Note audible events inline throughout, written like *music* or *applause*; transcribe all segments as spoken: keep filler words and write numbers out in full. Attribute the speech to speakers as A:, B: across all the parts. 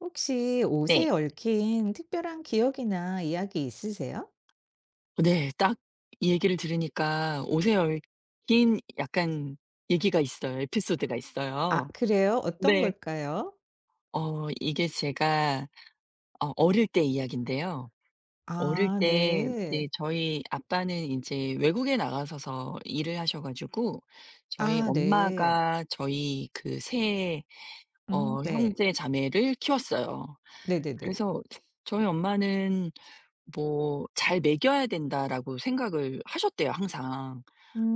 A: 혹시
B: 네.
A: 옷에 얽힌 특별한 기억이나 이야기 있으세요?
B: 네. 딱 이 얘기를 들으니까 옷에 얽힌 약간 얘기가 있어요. 에피소드가
A: 아
B: 있어요.
A: 그래요? 어떤
B: 네.
A: 걸까요?
B: 어 이게 제가 어 어릴 때 이야기인데요. 어릴
A: 아
B: 때, 네,
A: 네.
B: 저희 아빠는 이제 외국에 나가셔서 일을 하셔 가지고 저희
A: 아 네.
B: 엄마가 저희 그 세
A: 음
B: 어
A: 네.
B: 형제 자매를 키웠어요.
A: 네네네.
B: 그래서 저희 엄마는 뭐 '잘 먹여야 된다.'라고 생각을 하셨대요 항상.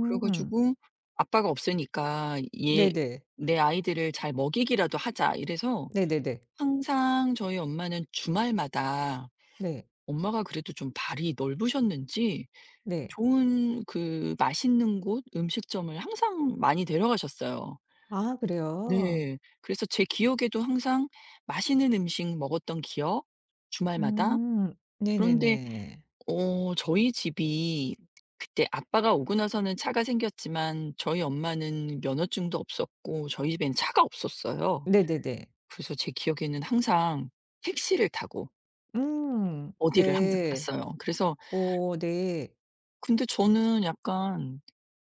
B: 그래 가지고 아빠가 없으니까 얘
A: 네네.
B: "내 아이들을 잘 먹이기라도 하자." 이래서
A: 네네네.
B: 항상 저희 엄마는 주말마다
A: 네.
B: 엄마가 그래도 좀 발이 넓으셨는지
A: 네.
B: 좋은 그 맛있는 곳 음식점을 항상 많이 데려가셨어요.
A: 아 그래요?
B: 네. 그래서 제 기억에도 항상 맛있는 음식 먹었던 기억, 주말마다.
A: 음.
B: 그런데
A: 네네네.
B: 어 저희 집이 그때 아빠가 오고 나서는 차가 생겼지만 저희 엄마는 면허증도 없었고 저희 집엔 차가 없었어요.
A: 네네네.
B: 그래서 제 기억에는 항상 택시를 타고
A: 음.
B: 어디를 항상
A: 네.
B: 갔어요. 그래서
A: 오 네.
B: 근데 저는 약간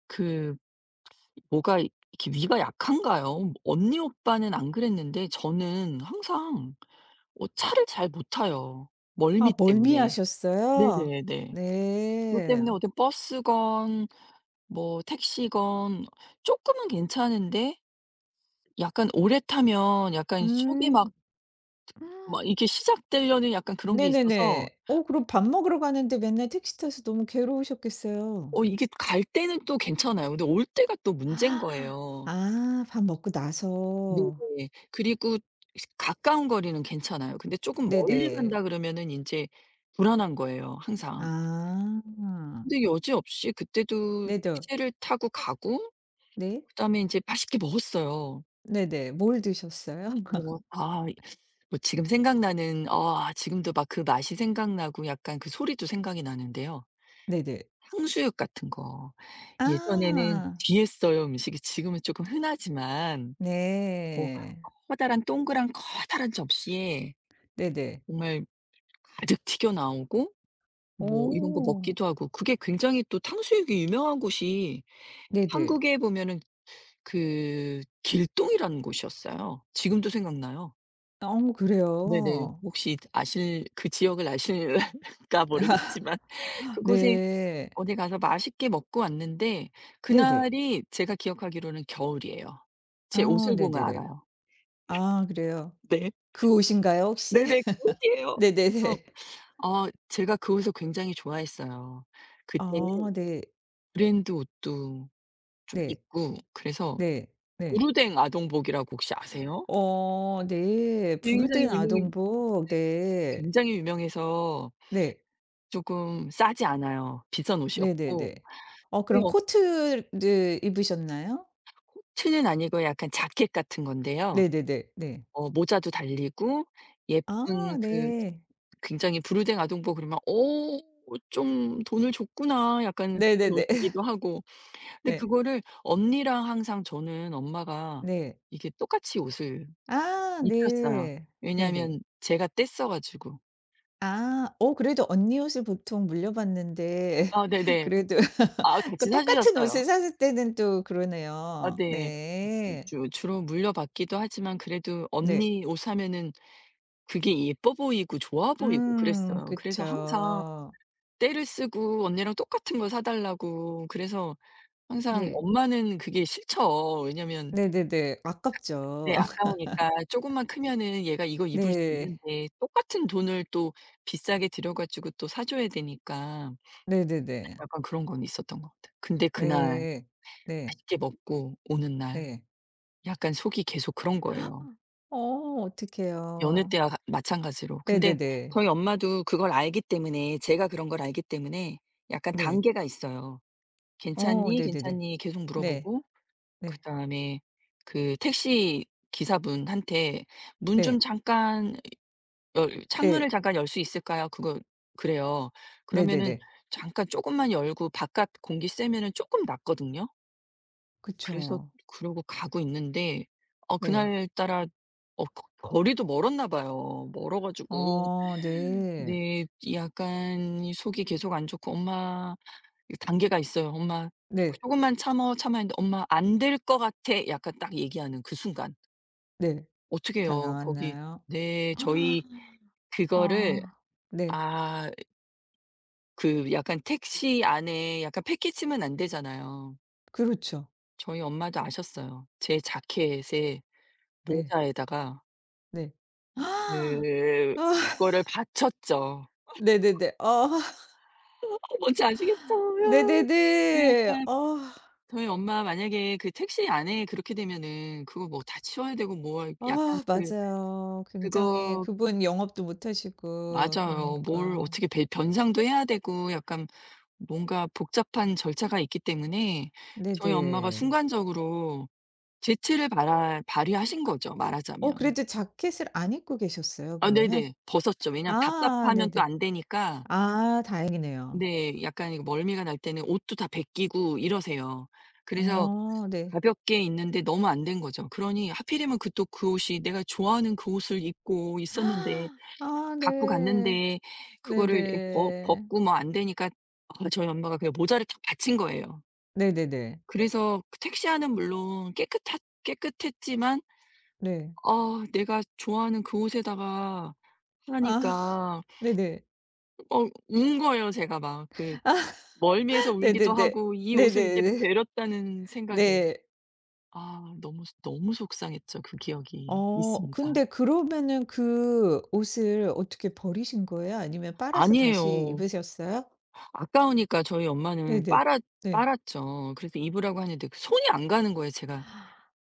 B: 그 뭐가 이- 이렇게 위가 약한가요? 언니 오빠는 안 그랬는데 저는 항상 어 차를 잘 못 타요,
A: 아
B: 멀미 때문에.
A: 멀미하셨어요?
B: 네네네. 그것
A: 네.
B: 때문에 어떤 버스건 뭐 택시건 쪼끔은 괜찮은데 약간 오래 타면 약간 속이 막
A: 음.
B: 막 이게 시작되려는 약간 그런 게 있어서
A: 네네네. 어 그럼 밥 먹으러 가는데 맨날 택시 타서 너무 괴로우셨겠어요.
B: 어 이게 갈 때는 또 괜찮아요. 근데 올 때가 또 문제인
A: 아
B: 거예요.
A: 아 밥 먹고 나서.
B: 네네. 그리고 시 가까운 거리는 괜찮아요. 근데 쪼금 멀리
A: 네네.
B: 간다 그러면은 인제 불안한 거예요 항상.
A: 아.
B: 근데 여지없이 그때도
A: 네네.
B: 택시를 타고 가고
A: 네.
B: 그다음에 인제 맛있게 먹었어요.
A: 네네. 뭘 드셨어요? *laughs*
B: 뭐아 뭐 지금 생각나는 아 지금도 막 그 맛이 생각나고 약간 그 소리도 생각이 나는데요.
A: 네네.
B: 탕수육 같은 거. 예전에는
A: 아.
B: 귀했어요, 음식이. 지금은 쪼끔 흔하지만 뭐
A: 네.
B: 커다란 동그란 커다란 접시에
A: 네네.
B: 정말 가득 튀겨 나오고 뭐 이런 거
A: 오
B: 먹기도 하고 그게 굉장히 또 탕수육이 유명한 곳이
A: 네네.
B: 한국에 보면은 그 길동이라는 곳이었어요. 지금도 생각나요.
A: 어
B: 네네.
A: 그래요?
B: 혹시 아실, 그 지역을 아실까 모르겠지만 *laughs* 그곳에
A: 네.
B: 어디 가서 맛있게 먹고 왔는데
A: 네네.
B: 그날이 제가 기억하기로는 겨울이에요. 제
A: 아
B: 옷을 보면
A: 네네네.
B: 알아요.
A: 아 그래요?
B: 네.
A: 그 옷인가요 혹시?
B: 네네. 그
A: *laughs*
B: 옷이에요. 그래서
A: 네네네.
B: 어 제가 그 옷을 굉장히 좋아했어요. 그때는
A: 아 네.
B: 브랜드 옷도 좀
A: 네.
B: 입고 그래서
A: 네. 네.
B: 보르댕 아동복이라고 혹시 아세요?
A: 어 네. 부르덴
B: 굉장히 유명해
A: 아동복.
B: 네네.
A: 네.
B: 굉장히 유명해서
A: 네.
B: 쪼금 싸지 않아요. 비싼
A: 네 네
B: 옷이었고.
A: 네. 어
B: 네.
A: 그럼 코트를 입으셨나요?
B: 코트는 아니고 약간 자켓 같은 건데요.
A: 네네 네. 네. 네, 네.
B: 어 모자도 달리고 예쁜
A: 아
B: 그
A: 네.
B: 굉장히 부르댕 아동복 그러면 '어 좀 돈을 줬구나.' 약간
A: 네네네.
B: 그런
A: 네. 네. *laughs*
B: 옷이기도 하고. 근데 그거를 언니랑 항상 저는 엄마가
A: 네, 네.
B: 이게 똑같이 옷을
A: 아
B: 입혔어요.
A: 네. 네네.
B: 왜냐하면 제가 뗐어 가지고.
A: 아 어 그래도 언니 옷을 보통 물려봤는데
B: 아
A: *laughs*
B: 네네.
A: 그래도
B: 아
A: *laughs* 그
B: 같이 사
A: 똑같은
B: 주셨어요.
A: 옷을 샀을 때는 또
B: 아
A: 그러네요.
B: 네.
A: 네.
B: 주 주로 물려받기도 하지만 그래도
A: 네.
B: 언니 옷 하면은 그게 예뻐 보이고 좋아 보이고
A: 음
B: 그랬어요. 그래서 항상
A: 그쵸.
B: 떼를 쓰고 언니랑 똑같은 거 사 달라고 그래서 항상
A: 네.
B: 엄마는 그게 싫죠. 왜냐면
A: 네네네.
B: 네
A: 아깝죠. *laughs*
B: 아까우니까 조금만 크면은 얘가 이거 입을 수
A: 네.
B: 있는데 똑같은 돈을 또 비싸게 들여 가지고 또 사 줘야 되니까
A: 네네네.
B: 약간 그런 건 있었던 것 같아요. 근데 그날
A: 네. 네.
B: 맛있게 먹고 오는 날
A: 네.
B: 약간 속이 계속 그런 거예요.
A: 어
B: 여느
A: 어떡해요.
B: 때와 가- 마찬가지로. 근데
A: 네네네.
B: 저희 엄마도 그걸 알기 때문에 제가 그런 걸 알기 때문에 약간
A: 네.
B: 단계가 있어요.
A: 어
B: "괜찮니?
A: 네네네.
B: 괜찮니?" 계속
A: 네.
B: 물어보고
A: 네.
B: 그다음에 그 택시 기사분한테 "문 좀
A: 네.
B: 잠깐 열 창문을
A: 네.
B: 잠깐 열 수 있을까요?" 그거 그래요. 그러면은
A: 네네네.
B: 잠깐 조금만 열고 바깥 공기 쐬면은 조금 낫거든요. 그래서
A: 그쵸.
B: 그러고 가고 있는데 어
A: 네.
B: 그날따라 어 거 거리도 멀었나 봐요. 멀어 가지고
A: 어 네.
B: 네 약간 이 속이 계속 안 좋고 "엄마" 이 단계가 있어요. "엄마
A: 네.
B: 그금만 참어." 참아 했는데 "엄마 안 될 것 같아." 약간 딱 얘기하는 그 순간
A: 네. 다
B: 어떡해요. 거기
A: 나왔나요?
B: 네 저희
A: *gasps*
B: 그거를
A: 아 네.
B: 아 그 약간 택시 안에 약간 패키치면 안 되잖아요.
A: 그렇죠.
B: 저희 엄마도 아셨어요. 제 자켓에
A: 네
B: 모자에다가
A: 네. *gasps*
B: 그
A: 아
B: 거를 바쳤죠. "어,
A: 네네네. 어 *laughs*
B: 뭔지 아시겠죠? 아." 네
A: 네네네.
B: 약간
A: 어.
B: 저희 엄마 만약에 그 택시 안에 그렇게 되면은 그거 뭐 다 치워야 되고 뭐 약간
A: 아
B: 그
A: 맞아요. 굉장히
B: 그거
A: 그분 영업도 못 하시고
B: 맞아요. 뭘
A: 그러니까.
B: 어떻게 배 변상도 해야 되고 약간 뭔가 복잡한 절차가 있기 때문에 저희 엄마가
A: 네네.
B: 순간적으로 재치를 발하 발휘하신 거죠
A: 어
B: 말하자면.
A: 그래도 자켓을 안 입고 계셨어요
B: 아
A: 그러면?
B: 네네. 벗었죠. 왜냐면
A: 아
B: 답답하면 또
A: 네네.
B: 안 되니까.
A: 아 다행이네요.
B: 네. 약간 이거 멀미가 날 때는 옷도 다 벗기고 이러세요. 그래서
A: 어 네.
B: 가볍게 입는데 너무 안 된 거죠. 그러니 하필이면 그 또 그 옷이 내가 좋아하는 그 옷을 입고 있었는데
A: *gasps* 아
B: 갖고
A: 네.
B: 갔는데 그거를 벗
A: 네네.
B: 벗고 뭐 안 되니까 아 저희 엄마가 그냥 모자를 딱 받친 거예요.
A: 네네네.
B: 그래서 그 택시 안은 물론 깨끗하 깨끗했지만
A: 네.
B: 어, 내가 좋아하는 그 옷에다가
A: 아
B: 하니까
A: *laughs* 네네.
B: 어 운 거예요 제가 막. 그
A: *laughs* 아
B: 멀미에서 울기도
A: 네네네.
B: 하고 이 옷을 이렇게
A: 네네네.
B: 베렸다는 생각에
A: 네.
B: 아 너무 너무 속상했죠. 그 기억이
A: 어
B: 있습니다.
A: 근데 그러면은 그 옷을 어떻게 버리신 거예요? 아니면 빨아서 다시
B: 아니에요.
A: 입으셨어요?
B: 아까우니까 저희 엄마는
A: 네네.
B: 빨았
A: 네.
B: 빨았죠. 그래서 입으라고 하는데 그 손이 안 가는 거예요 제가.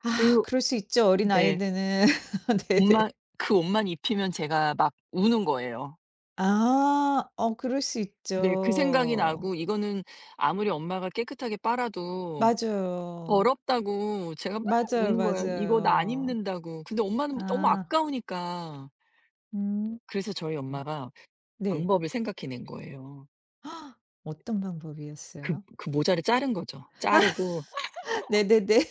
A: 아
B: 그
A: 그럴 수 있죠.
B: 네.
A: 어린아이들은. *laughs*
B: 옷만
A: 네네.
B: 그 옷만 입히면 제가 막 우는 거예요.
A: 아. 어 그럴 수
B: 네. 그 생각이
A: 있죠.
B: 나고 이거는 아무리 엄마가 깨끗하게 빨아도
A: 맞아요.
B: 더럽다고 제가 막
A: 맞아요,
B: 우는 거예요. "이거 나 안
A: 맞아요.
B: 입는다."고. 근데 엄마는 너무
A: 아.
B: 아까우니까
A: 음.
B: 그래서 저희 엄마가
A: 네.
B: 방법을 생각해 낸 거예요.
A: 헉, 어떤
B: 그
A: 방법이었어요?
B: 그 모자를 자른 거죠. 자르고
A: *laughs* 네네네.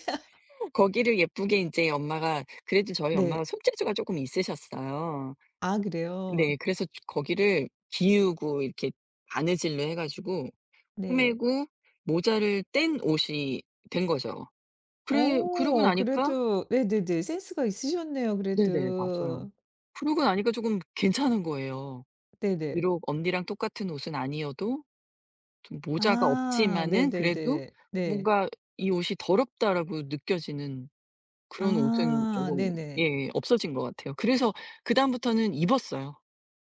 B: 거기를 예쁘게 이제 엄마가 그래도 저희 엄마가
A: 네.
B: 손재주가 조금 있으셨어요.
A: 아
B: 네.
A: 그래요?
B: 그래서 주 거기를 기우고 이렇게 바느질로 해 가지고
A: 네.
B: 꿰매고 모자를 뗀 옷이 된 거죠. 그래 그러고
A: 어
B: 나니까
A: 그래도 네네네. 센스가 있으셨네요
B: 네네. 맞아요.
A: 그래도.
B: 그러고 나니까 조금 괜찮은 거예요.
A: 네네.
B: 비록 언니랑 똑같은 옷은 아니어도 좀 모자가
A: 아
B: 없지만은 그래도
A: 네네네. 네.
B: 뭔가 '이 옷이 더럽다.'라고 느껴지는 그런 옷은
A: 아
B: 쪼금
A: 네네.
B: 예 없어진 것 같아요. 그래서 그다음부터는 입었어요.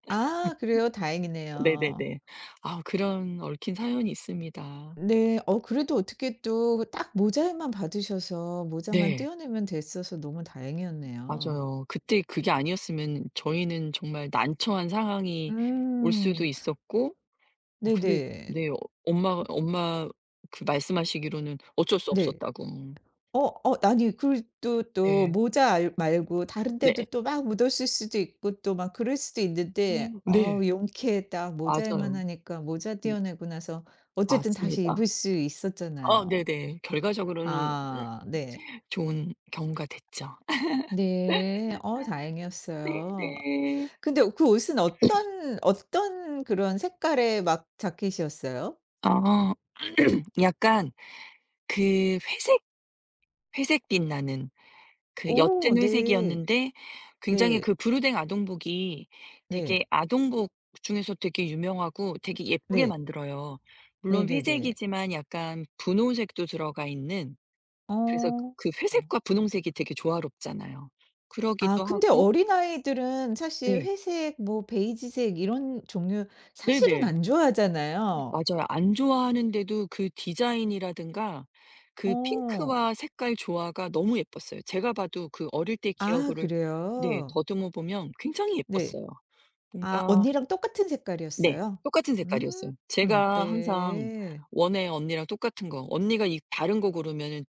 A: 아 그래요? 다행이네요.
B: 네네네. 아 그런 얽힌 사연이 있습니다.
A: 네. 어 그래도 어떻게 또 딱 모자만 받으셔서 모자만
B: 네.
A: 떼어내면 됐어서 너무 다행이었네요.
B: 맞아요. 그때 그게 아니었으면 저희는 정말 난처한 상황이 올 수도
A: 음.
B: 있었고 어 근데
A: 네네.
B: 네. 어 엄마 엄마 그 말씀하시기로는 어쩔 수
A: 네.
B: 없었다고.
A: 어 어 아니 그리고 또 또
B: 네.
A: 모자 알 말고 다른 데도
B: 네.
A: 또 막 묻었을 수도 있고 또 막 그럴 수도 있는데 어
B: 네.
A: 용케 딱 모자에만
B: 맞아요.
A: 하니까 모자 떼어내고 나서 어쨌든 다시
B: 맞습니다.
A: 입을 수
B: 어
A: 있었잖아요.
B: 네네. 결과적으로는 음
A: 아 네.
B: 좋은 경우가 됐죠. *laughs*
A: 네. 어 다행이었어요.
B: 네네.
A: 근데 그 옷은 어떤 어떤 그런 색깔의 막 자켓이었어요?
B: 어, 약간 그 회색 회색빛 나는 그
A: 오
B: 옅은
A: 네.
B: 회색이었는데 굉장히
A: 네.
B: 그 브루댕 아동복이
A: 네.
B: 되게 아동복 중에서 되게 유명하고 되게 예쁘게
A: 네.
B: 만들어요.
A: 네
B: 물론
A: 네네.
B: 회색이지만 약간 분홍색도 들어가 있는, 그래서
A: 어.
B: 그 회색과 분홍색이 되게 조화롭잖아요.
A: 아
B: 그러기도
A: 근데
B: 하고
A: 어린아이들은 사실
B: 네.
A: 회색 뭐 베이지색 이런 종류 사실은
B: 네네.
A: 안 좋아하잖아요.
B: 맞아요. 안 좋아하는데도 그 디자인이라든가 그
A: 어.
B: 핑크와 색깔 조화가 너무 예뻤어요. 제가 봐도 그 어릴 때
A: 아
B: 기억을 네
A: 그래요?
B: 더듬어 보면 굉장히
A: 네.
B: 예뻤어요.
A: 아
B: 뭔가
A: 언니랑 똑같은
B: 네.
A: 색깔이었어요?
B: 똑같은 색깔이었어요.
A: 음.
B: 제가 항상
A: 네.
B: 원해 언니랑 똑같은 거. 언니가 이 다른 거 고르면은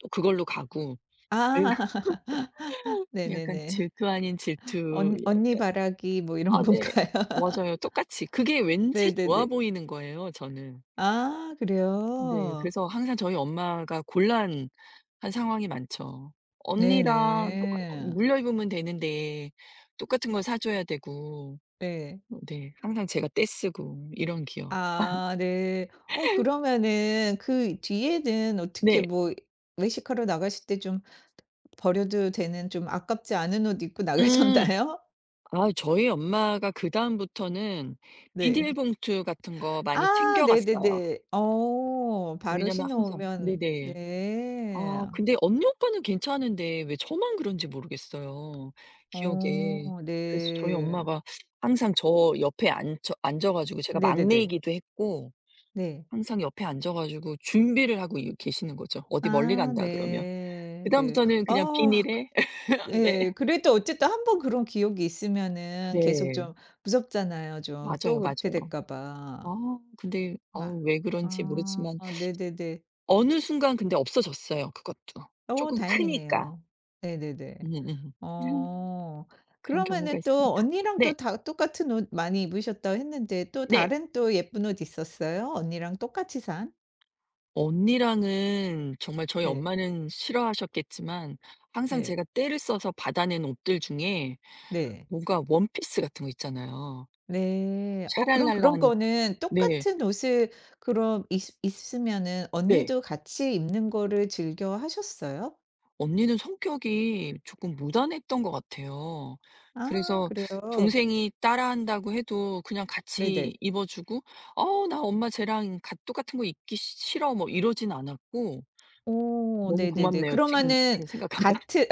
B: 또 그걸로 가고
A: 아. *laughs*
B: *laughs* 약간
A: 네네네.
B: 질투 아닌 질투
A: 언 언니
B: 약간
A: 바라기 뭐 이런
B: 아 네.
A: 건가요?
B: 맞아요. 똑같이. 그게
A: *laughs*
B: 왠지 좋아
A: 네네네.
B: 보이는 거예요 저는.
A: 아
B: 네.
A: 그래요?
B: 그래서 항상 저희 엄마가 곤란 한 상황이 많죠. 언니랑 똑같 어
A: 네네.
B: 물려 입으면 되는데 똑같은 걸 사 줘야 되고
A: 네.
B: 어 네 항상 제가 떼쓰고 이런 기억.
A: 아 네. 어 그러면은 그 뒤에는 어떻게
B: 네.
A: 뭐 외식하러 나가실 때 좀 버려도 되는 좀 아깝지 않은 옷 입고
B: 음.
A: 나가셨나요?
B: 아 저희 엄마가 그다음부터는
A: *laughs* 네.
B: 비닐봉투 같은 거 많이
A: 아
B: 챙겨 갔어요.
A: 네네네. 어 바로
B: 왜냐면 항상
A: 신어오면
B: 네네.
A: 네.
B: 아 근데 언니 오빠는 괜찮은데 왜 저만 그런지 모르겠어요, 기억에.
A: 어
B: 그래서 저희
A: 네.
B: 엄마가 항상 저 옆에 앉혀 앉아 가지고 제가
A: 네네네.
B: 막내이기도 했고
A: 네.
B: 항상 옆에 앉아 가지고 준비를 하고 이 계시는 거죠. 어디 멀리
A: 아
B: 간다 그러면.
A: 네. 네.
B: 그다음부터는 그냥
A: 아
B: 비닐에 *laughs* 네.
A: 예. 그래도 어쨌든 한번 그런 기억이 있으면은 계속
B: 네.
A: 좀 무섭잖아요 좀. 또
B: 맞아요,
A: 그렇게
B: 맞아요.
A: 될까 봐.
B: 아 근데
A: 막
B: 아우 왜 그런지
A: 아.
B: 모르지만
A: 어, 네네네.
B: 어느 순간 근데 없어졌어요, 그것도. 조
A: 어
B: 금 크니까.
A: 다행이네요. 네네네.
B: 음음.
A: 어.
B: 그런
A: 그러면은
B: 경우가 있습니다.
A: 또 언니랑 또
B: 네.
A: 다 똑같은 옷 많이 입으셨다고 했는데 또
B: 네.
A: 다른 또 예쁜 옷 있었어요? 언니랑 똑같이 산?
B: 언니랑은 정말 저희
A: 네.
B: 엄마는 싫어하셨겠지만 항상
A: 네.
B: 제가 떼를 써서 받아 낸 옷들 중에
A: 네.
B: 뭔가 원피스 같은 거 있잖아요.
A: 네. 어 그럼
B: 샤랄랄라
A: 그런
B: 하는
A: 거는
B: 네.
A: 똑같은 옷을 그럼 있으 있으면은
B: 네.
A: 언니도 같이 입는 거를 즐겨 하셨어요?
B: 언니는 성격이 조금 무단했던 것 같아요.
A: 아
B: 그래서
A: 그래요?
B: 동생이 따라한다고 해도 그냥 같이
A: 네네.
B: 입어 주고 "어 나 엄마 쟤랑 같 똑같은 거 입기 시 싫어." 뭐 이러진 않았고
A: 오,
B: 너무
A: 네네네.
B: 고맙네요. 지금
A: 그러면은
B: 지금 생각하면. *laughs*
A: 같은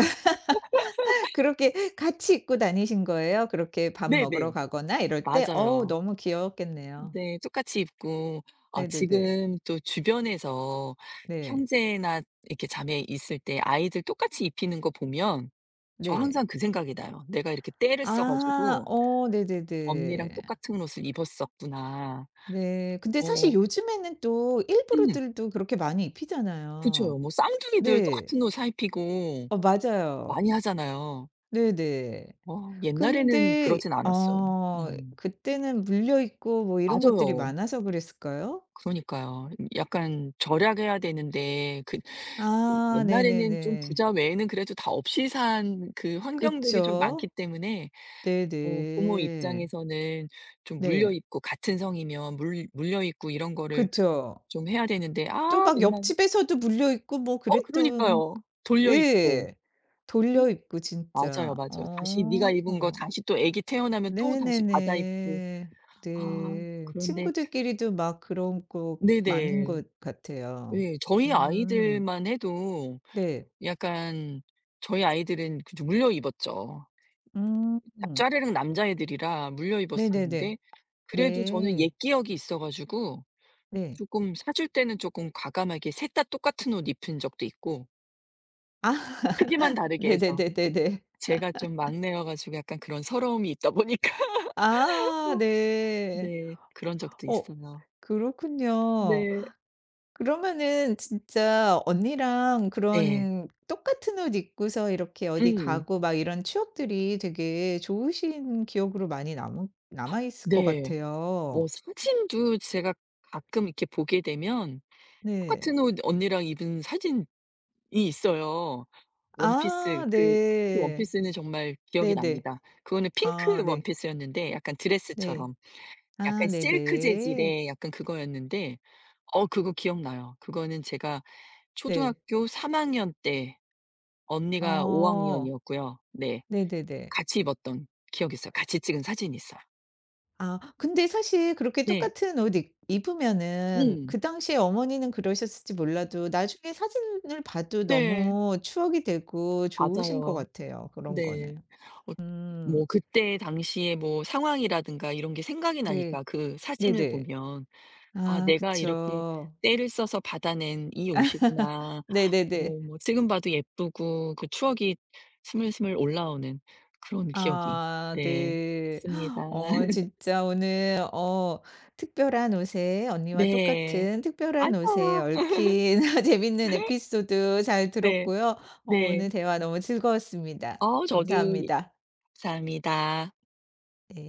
A: *laughs* 그렇게 같이 입고 다니신 거예요? 그렇게 밥 먹으러
B: 네네.
A: 가거나 이럴 때? 어우
B: 맞아요.
A: 너무 귀여웠겠네요.
B: 네. 똑같이 입고 아
A: 네네네.
B: 지금 또 주변에서
A: 네.
B: 형제나 이렇게 자매 있을 때 아이들 똑같이 입히는 거 보면 저
A: 네.
B: 항상 그 생각이 나요. 내가 이렇게 떼를 써
A: 아
B: 가지고
A: 어
B: 언니랑
A: 네네네.
B: 똑같은 옷을 입었었구나.
A: 네. 근데 사실
B: 어
A: 요즘에는 또
B: 음
A: 일부러들도 그렇게 많이
B: 그쵸.
A: 입히잖아요.
B: 뭐 쌍둥이들
A: 네.
B: 똑같은 옷 사입히고
A: 어 맞아요.
B: 많이 하잖아요.
A: 네네.
B: 어 옛날에는
A: 근데
B: 그러진 않았어요.
A: 어
B: 음.
A: 그때는 물려 있고 뭐 이런 것들이
B: 맞아요.
A: 많아서 그랬을까요?
B: 그러니까요. 음 약간 절약해야 되는데 그 그
A: 아
B: 옛날에는 좀
A: 네네네.
B: 부자 외에는 그래도 다 없이 산 그 환경들이 좀 많기
A: 그쵸.
B: 때문에 뭐 부모
A: 네네.
B: 입장에서는 좀
A: 네.
B: 물려 입고 같은 성이면 물 물려 입고 이런 거를
A: 그쵸.
B: 좀 해야 되는데
A: 또
B: 아
A: 막
B: 맨날
A: 옆집에서도 물려 있고 뭐
B: 어
A: 그랬던
B: 그러니까요. 돌려 입고.
A: 예.
B: 음.
A: 돌려 입고
B: 맞아요,
A: 진짜.
B: 맞아요. 다시 네가
A: 어.
B: 입은 거 다시 또 애기 태어나면 또다시 받아 입고.
A: 네네네.
B: 아
A: 네.
B: 그런데
A: 친구들끼리도 막 그런 거 많은
B: 네네.
A: 것 같아요.
B: 예. 저희
A: 음.
B: 아이들만 해도
A: 네.
B: 약간 저희 아이들은 그죠 물려 입었죠.
A: 음.
B: 잡짜르릉 남자애들이라 물려 입었었는데
A: 네네네.
B: 그래도 저는 옛
A: 네.
B: 기억이 있어 가지고
A: 네.
B: 쪼끔 사줄 때는 쪼끔 과감하게 셋 다 똑같은 옷 입힌 적도 있고
A: 아
B: 크기만
A: *laughs*
B: 다르게 해서
A: 네네네네네.
B: 제가 좀 막내여 가지고 약간 그런 서러움이 있다 보니까
A: 아
B: 어.
A: 네.
B: 네. 그런 적도
A: 어
B: 있어요.
A: 그렇군요.
B: 네.
A: 그러면은 진짜 언니랑
B: 네.
A: 그런 똑같은 옷 입고서 이렇게 어디
B: 음.
A: 가고 막 이런 추억들이 되게 좋으신 기억으로 많이 남 남아 있을 것
B: 네. 어
A: 같아요.
B: 사진도 제가 가끔 이렇게 보게 되면
A: 네.
B: 똑같은 옷 언니랑 입은 사진이 있어요. 원피스
A: 아
B: 그 그
A: 네.
B: 원피스는 정말 기억이
A: 네네.
B: 납니다. 그거는
A: 아
B: 핑크
A: 네.
B: 원피스였는데 약간
A: 네.
B: 드레스처럼 약간
A: 아
B: 실크
A: 네네.
B: 재질의 약간 그거였는데 어 그거 기억나요. 그거는 제가
A: 네.
B: 초등학교 삼 학년 때 언니가 오
A: 어.
B: 학년이었고요. 네.
A: 네네네.
B: 같이 입었던 기억이 있어요. 같이 찍은 사진이 있어요.
A: 아 근데 사실 그렇게
B: 네.
A: 똑같은 옷 입 입으면은
B: 음.
A: 그 당시에 어머니는 그러셨을지 몰라도 나중에 사진을 봐도
B: 네.
A: 너무 추억이 되고 좋으신 것
B: 맞아요.
A: 같아요, 그런 거는.
B: 네. 어
A: 음.
B: 뭐 그때 당시에 뭐 상황이라든가 이런 게 생각이 나니까
A: 네.
B: 그 사진을
A: 네네.
B: 보면 '아
A: 아
B: 내가 이렇게
A: 그쵸.
B: 때를 써서 받아낸 이 옷이구나.'
A: 네네네.
B: 뭐 뭐 지금 봐도 예쁘고 그 추억이 스물스물 올라오는 그런 기억이
A: 아
B: 네
A: 네.
B: 있습니다.
A: *gasps* 어
B: *laughs*
A: 진짜 오늘 어 특별한 옷에 언니와
B: 네.
A: 똑같은 특별한 옷에
B: 맞아요.
A: 얽힌 *laughs* 재밌는 에피소드 잘
B: 네.
A: 들었고요. 어
B: 네.
A: 오늘 대화 너무 즐거웠습니다.
B: 어 저도 이
A: 감사합니다.
B: 감사합니다.
A: 네.